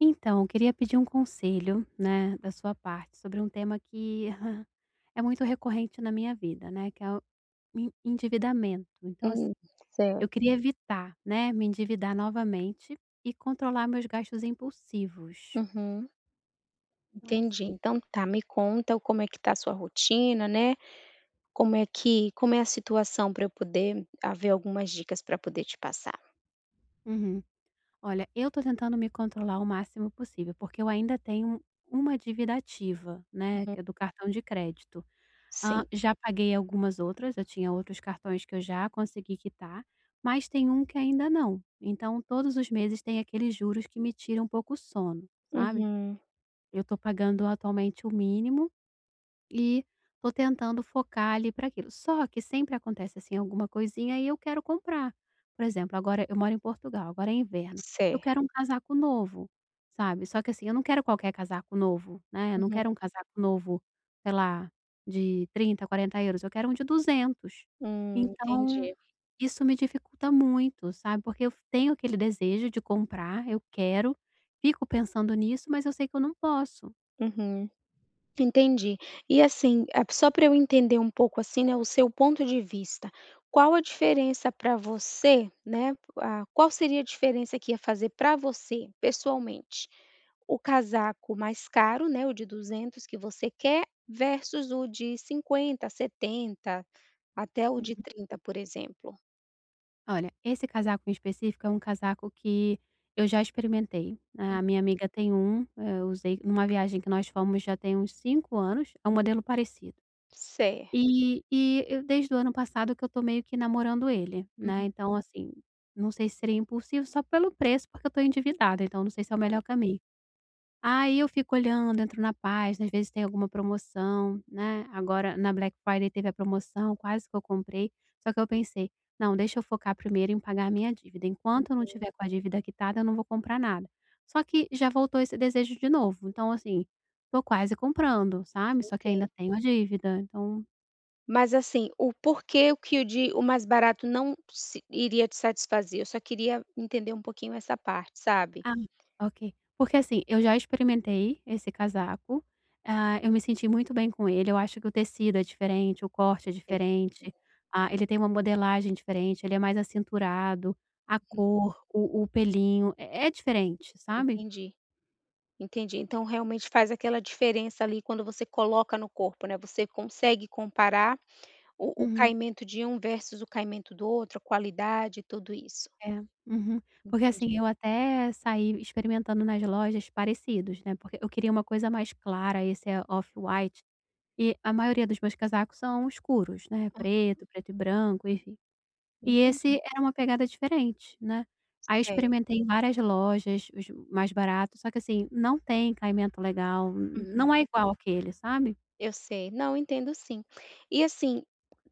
Então, eu queria pedir um conselho, né, da sua parte sobre um tema que é muito recorrente na minha vida, né, que é o en endividamento. Então, Hum, assim, certo. eu queria evitar, né, me endividar novamente e controlar meus gastos impulsivos. Uhum, Então, entendi. assim. Então tá, me conta como é que tá a sua rotina, né, como é a situação para eu poder haver algumas dicas para poder te passar. Uhum. Olha, eu tô tentando me controlar o máximo possível, porque eu ainda tenho uma dívida ativa, né, Uhum, que é do cartão de crédito. Sim. Já paguei algumas outras, eu tinha outros cartões que eu já consegui quitar, mas tem um que ainda não. Então todos os meses tem aqueles juros que me tiram um pouco o sono, sabe. Uhum, Eu tô pagando atualmente o mínimo e tô tentando focar ali para aquilo. Só que sempre acontece, assim, alguma coisinha e eu quero comprar. Por exemplo, agora eu moro em Portugal, agora é inverno. Eu certo. quero um casaco novo, sabe. Só que, assim, eu não quero qualquer casaco novo, né. Eu não Uhum. quero um casaco novo, sei lá, de 30, 40 euros, eu quero um de 200. Então Entendi. isso me dificulta muito, sabe, porque eu tenho aquele desejo de comprar, eu quero, fico pensando nisso, mas eu sei que eu não posso. Uhum. Entendi. E assim, só para eu entender um pouco, assim, né, o seu ponto de vista, qual a diferença para você, né, qual seria a diferença que ia fazer para você, pessoalmente, o casaco mais caro, né, o de 200 que você quer, versus o de 50, 70, até o de 30, por exemplo? Olha, esse casaco em específico é um casaco que eu já experimentei, né. A minha amiga tem um, eu usei numa viagem que nós fomos já tem uns 5 anos, é um modelo parecido. Certo. E eu desde o ano passado que eu tô meio que namorando ele, né, Uhum, então assim, não sei se seria impulsivo só pelo preço, porque eu tô endividada, então não sei se é o melhor caminho. Aí eu fico olhando, entro na página, às vezes tem alguma promoção, né, agora na Black Friday teve a promoção, quase que eu comprei, só que eu pensei: "Não, deixa eu focar primeiro em pagar a minha dívida, enquanto eu não tiver com a dívida quitada eu não vou comprar nada". Só que já voltou esse desejo de novo, então assim, tô quase comprando, sabe, só que claro. ainda tenho a dívida, então. Mas assim, o porquê o que o de o mais barato não se iria te satisfazer, eu só queria entender um pouquinho essa parte, sabe. Ah, ok. Porque assim, eu já experimentei esse casaco, ah, eu me senti muito bem com ele, eu acho que o tecido é diferente, o corte é diferente, ah, ele tem uma modelagem diferente, ele é mais acinturado, a cor, o pelinho, é diferente, sabe. Entendi, entendi. Então realmente faz aquela diferença ali quando você coloca no corpo, né, você consegue comparar o Uhum. caimento de um versus o caimento do outro, a qualidade, tudo isso. É, uhum. Porque assim, Entendi, eu até saí experimentando nas lojas parecidos, né, porque eu queria uma coisa mais clara, esse é off-white, e a maioria dos meus casacos são escuros, né, preto, preto e branco, enfim. E entendi. esse era uma pegada diferente, né. Aí eu Certo. experimentei em várias lojas, os mais baratos, só que assim, não tem caimento legal, n Uhum. não é igual aquele, sabe. Eu sei. Não, entendo sim. E assim,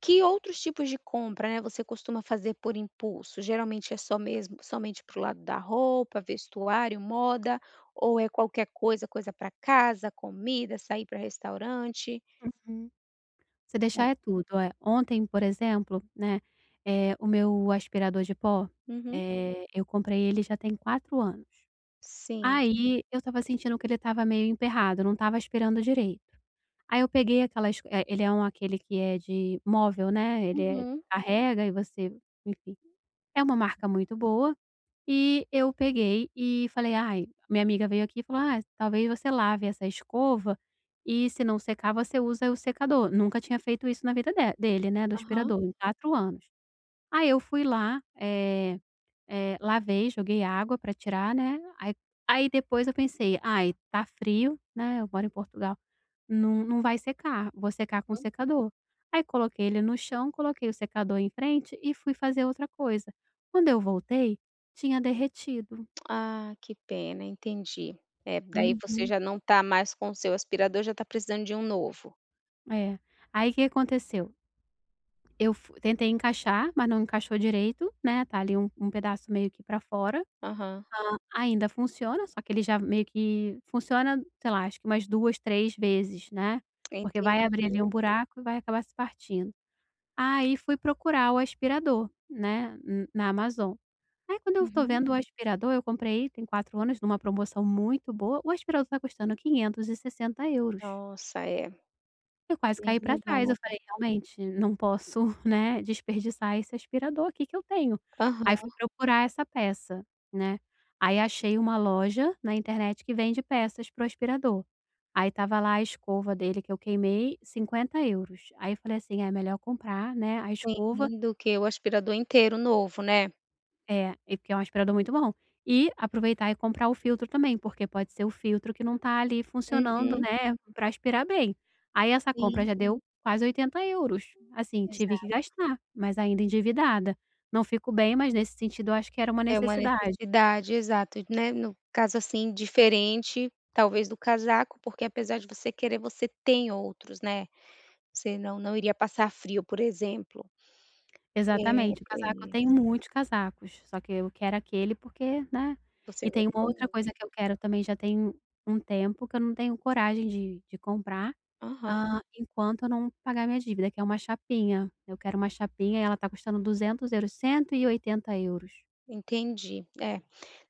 que outros tipos de compra, né, você costuma fazer por impulso? Geralmente é só mesmo somente pro lado da roupa, vestuário, moda, ou é qualquer coisa, coisa para casa, comida, sair para restaurante? Uhum. Se Como é? deixar é tudo, é. Ontem, por exemplo, né, o meu aspirador de pó, Uhum. Eu comprei ele já tem 4 anos. Sim. Aí eu estava sentindo que ele estava meio emperrado, não estava aspirando direito. Aí eu peguei aquelas ele é um aquele que é de móvel, né, ele é Uhum. carrega e você, enfim. É uma marca muito boa, e eu peguei e falei: "Ai", minha amiga veio aqui e falou: "Ah, talvez você lave essa escova e se não secar você usa o secador". Nunca tinha feito isso na vida de dele, né, do Aham. aspirador, em 4 anos. Aí eu fui lá, lavei, joguei água para tirar, né, aí depois eu pensei: "Ai, tá frio, né, eu moro em Portugal, não vai secar, vou secar com o secador". Aí coloquei ele no chão, coloquei o secador em frente e fui fazer outra coisa. Quando eu voltei, tinha derretido. Ah, que pena, entendi. É, daí você Uhum. já não tá mais com o seu aspirador, já tá precisando de um novo. É. Aí, o que aconteceu? Eu fu tentei encaixar, mas não encaixou direito, né, tá ali um pedaço meio que para fora. Aham. Ainda funciona, só que ele já meio que funciona, sei lá, acho que umas 2, 3 vezes, né, porque Entendi. vai abrir ali um buraco e vai acabar se partindo. Aí fui procurar o aspirador, né, n na Amazon. Aí quando eu tô Uhum. vendo o aspirador, eu comprei tem 4 anos numa promoção muito boa, o aspirador tá custando 560 euros. Nossa, é, Eu quase bem caí pra trás, eu elevado. falei: "Realmente, não posso, né, desperdiçar esse aspirador aqui que eu tenho". Aham. Aí fui procurar essa peça, né, aí achei uma loja na internet que vende peças pro aspirador. Aí tava lá a escova dele que eu queimei, 50 euros. Aí eu falei assim: "É melhor comprar, né, a escova". Assim, do que o aspirador inteiro novo, né. É, e porque é um aspirador muito bom. E aproveitar e comprar o filtro também, porque pode ser o filtro que não tá ali funcionando, Uhum, né, para aspirar bem. Aí essa compra sim, já deu quase 80 euros. Assim, tive que exato. gastar, mas ainda endividada. Não fico bem, mas nesse sentido eu acho que era uma É uma necessidade. necessidade, exato, né, no caso, assim, diferente, talvez, do casaco, porque apesar de você querer, você tem outros, né. Você não não iria passar frio, por exemplo. É, Exatamente, o casaco eu é, tenho muitos casacos, só que eu quero aquele porque, né. E você tem uma gostou outra coisa muito. que eu quero também já tem um tempo que eu não tenho coragem de comprar. Aham, Ah, enquanto eu não pagar minha dívida, que é uma chapinha. Eu quero uma chapinha e ela tá custando 200€, 180€. entendi, é.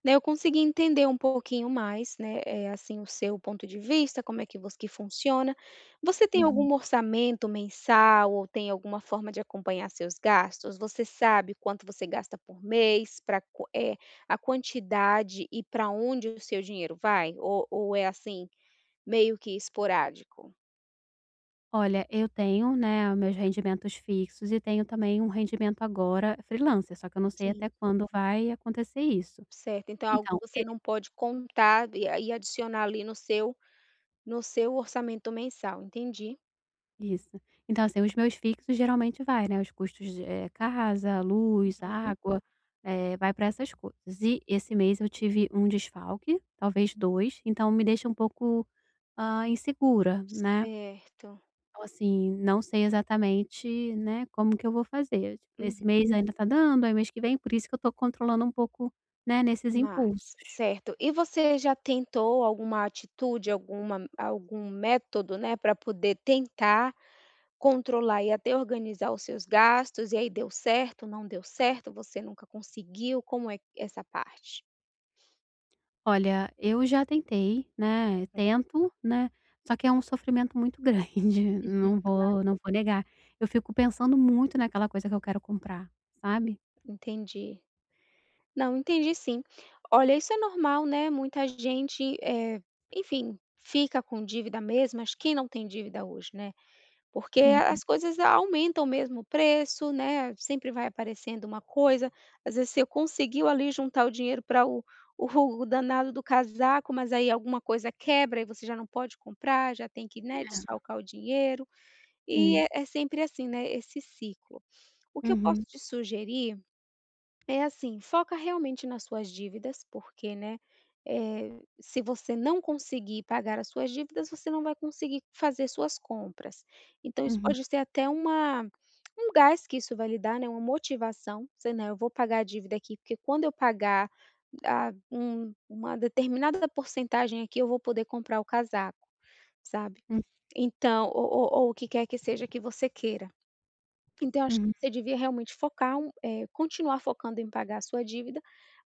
Né, eu consegui entender um pouquinho mais, né. É assim, o seu ponto de vista, como é que funciona. Você tem Uhum. algum orçamento mensal ou tem alguma forma de acompanhar seus gastos? Você sabe quanto você gasta por mês, para é a quantidade e para onde o seu dinheiro vai? Ou é, assim, meio que esporádico? Olha, eu tenho, né, meus rendimentos fixos e tenho também um rendimento agora freelancer, só que eu não sei até Sim, quando vai acontecer isso. certo. Então é algo que Então. você não pode contar e adicionar ali no seu orçamento mensal, entendi. Isso. Então, assim, os meus fixos geralmente vai, né, os custos, de casa, luz, água, vai para essas coisas. E esse mês eu tive um desfalque, talvez 2. Então me deixa um pouco, insegura, né. Certo. Então, assim, não sei exatamente, né, como que eu vou fazer. Tipo, esse mês ainda tá dando, aí mês que vem, por isso que eu tô controlando um pouco, né, nesses Mais, impulsos. certo. E você já tentou alguma atitude, algum método, né, para poder tentar controlar e até organizar os seus gastos, e aí deu certo, não deu certo, você nunca conseguiu, como é essa parte? Olha, eu já tentei, né, tento, né, só que é um sofrimento muito grande, não vou negar. Eu fico pensando muito naquela coisa que eu quero comprar, sabe. Entendi. Não, entendi sim. Olha, isso é normal, né, muita gente, enfim, fica com dívida mesmo, mas quem não tem dívida hoje, né? Porque Uhum, as coisas aumentam mesmo o preço, né, sempre vai aparecendo uma coisa, às vezes você conseguiu ali juntar o dinheiro para o danado do casaco, mas aí alguma coisa quebra e você já não pode comprar, já tem que, né, desfalcar o dinheiro, e sim. é sempre assim, né, esse ciclo. O que eu posso Uhum, te sugerir é assim, foca realmente nas suas dívidas, porque, né, eh, se você não conseguir pagar as suas dívidas, você não vai conseguir fazer suas compras. Então isso uhum, pode ser até uma gás que isso vai lhe dar, né, uma motivação, você, né: "Eu vou pagar a dívida aqui, porque quando eu pagar a um uma determinada porcentagem aqui, eu vou poder comprar o casaco", sabe. hum, Então ou o que quer que seja que você queira. Então eu acho que uhum. você devia realmente focar continuar focando em pagar a sua dívida,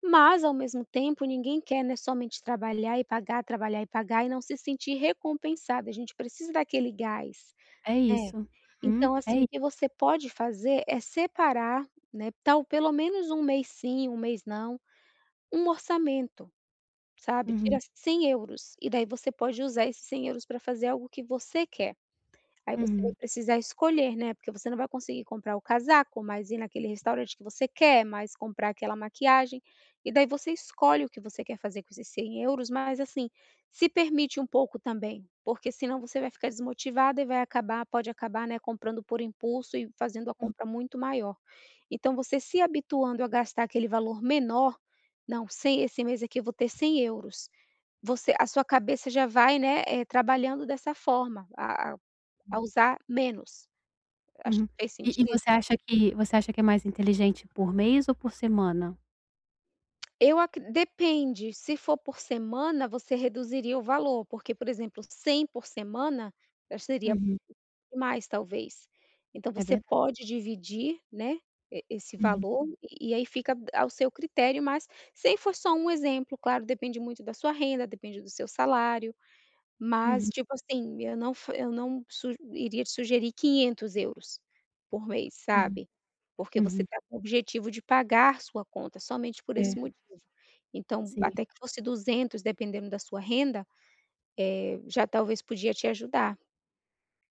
mas ao mesmo tempo ninguém quer, né, somente trabalhar e pagar e não se sentir recompensado, a gente precisa daquele gás, É né. isso. Uhum, Então é assim, o i que você pode fazer é separar, né, tal pelo menos um mês sim, um mês não, um orçamento, sabe, uhum, tira 100€ e daí você pode usar esses 100€ para fazer algo que você quer. Aí você vai uhum, precisar escolher, né, porque você não vai conseguir comprar o casaco, mas ir naquele restaurante que você quer, mas comprar aquela maquiagem, e daí você escolhe o que você quer fazer com esses 100€, mas assim, se permite um pouco também, porque senão você vai ficar desmotivada e vai acabar, né, comprando por impulso e fazendo a uhum, compra muito maior. Então você se habituando a gastar aquele valor menor: "Não, sem esse mês aqui eu vou ter 100€". Você, a sua cabeça já vai, né, trabalhando dessa forma, a a usar menos. Acho uhum. que fez E sentido? você acha que é mais inteligente por mês ou por semana? Eu acre Depende, se for por semana, você reduziria o valor, porque, por exemplo, 100 por semana, já seria Uhum, mais talvez. Então é você verdade. pode dividir, né, esse Uhum, valor, e aí fica ao seu critério, mas 100 for só um exemplo, claro, depende muito da sua renda, depende do seu salário. Mas, uhum, tipo assim, eu não fa eu não su iria te sugerir 500€ por mês, uhum, sabe. Porque você uhum. está com o objetivo de pagar sua conta somente por É, esse motivo. Então, sim. até que fosse 200, dependendo da sua renda, já talvez podia te ajudar.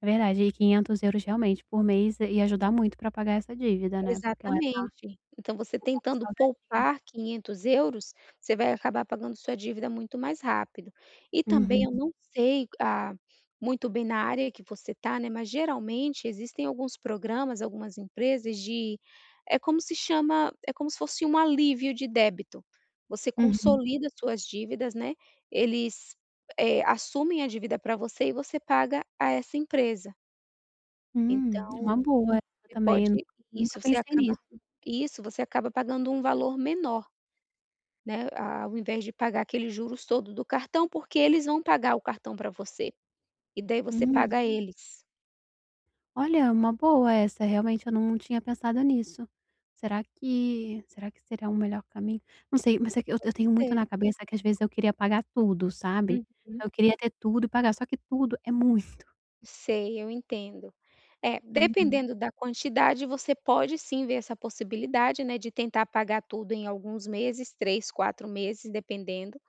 É verdade, e 500 euros realmente por mês ia ajudar muito pra pagar essa dívida, né, porque ela tá Exatamente. Então você comprando tentando salgadinho. poupar 500€, você vai acabar pagando sua dívida muito mais rápido. E também Uhum, eu não sei, muito bem na área que você está, né, mas geralmente existem alguns programas, algumas empresas de é como se chama é como se fosse um alívio de débito. Você uhum. consolida suas dívidas, né, eles, assumem a dívida para você e você paga a essa empresa. Uma Então boa essa você também, pode nu nunca isso, você pensei acaba nisso. isso, você acaba pagando um valor menor, né, ao invés de pagar aqueles juros todo do cartão, porque eles vão pagar o cartão para você, e daí você Hum, paga eles. olha, uma boa essa, realmente eu não tinha pensado nisso. Será que seria um melhor caminho? Não sei, mas é que eu Pode tenho muito ser. na cabeça que às vezes eu queria pagar tudo, sabe. Uhum. Eu queria ter tudo e pagar, só que tudo é muito. Sei, eu entendo. É, Uhum, dependendo da quantidade, você pode sim ver essa possibilidade, né, de tentar pagar tudo em alguns meses, 3 ou 4 meses, dependendo.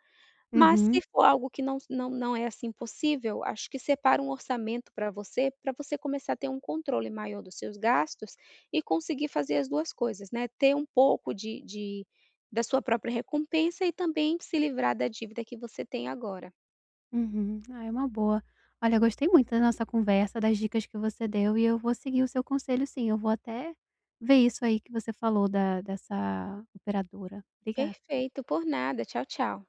Mas se uhum. for algo que não é, assim, possível, acho que separa um orçamento para você começar a ter um controle maior dos seus gastos e conseguir fazer as 2 coisas, né, ter um pouco de da sua própria recompensa e também se livrar da dívida que você tem agora. Uhum. Ah, é uma boa. Olha, eu gostei muito da nossa conversa, das dicas que você deu e eu vou seguir o seu conselho sim, eu vou até ver isso aí que você falou da dessa operadora. Obrigada. Perfeito, por nada. Tchau, tchau.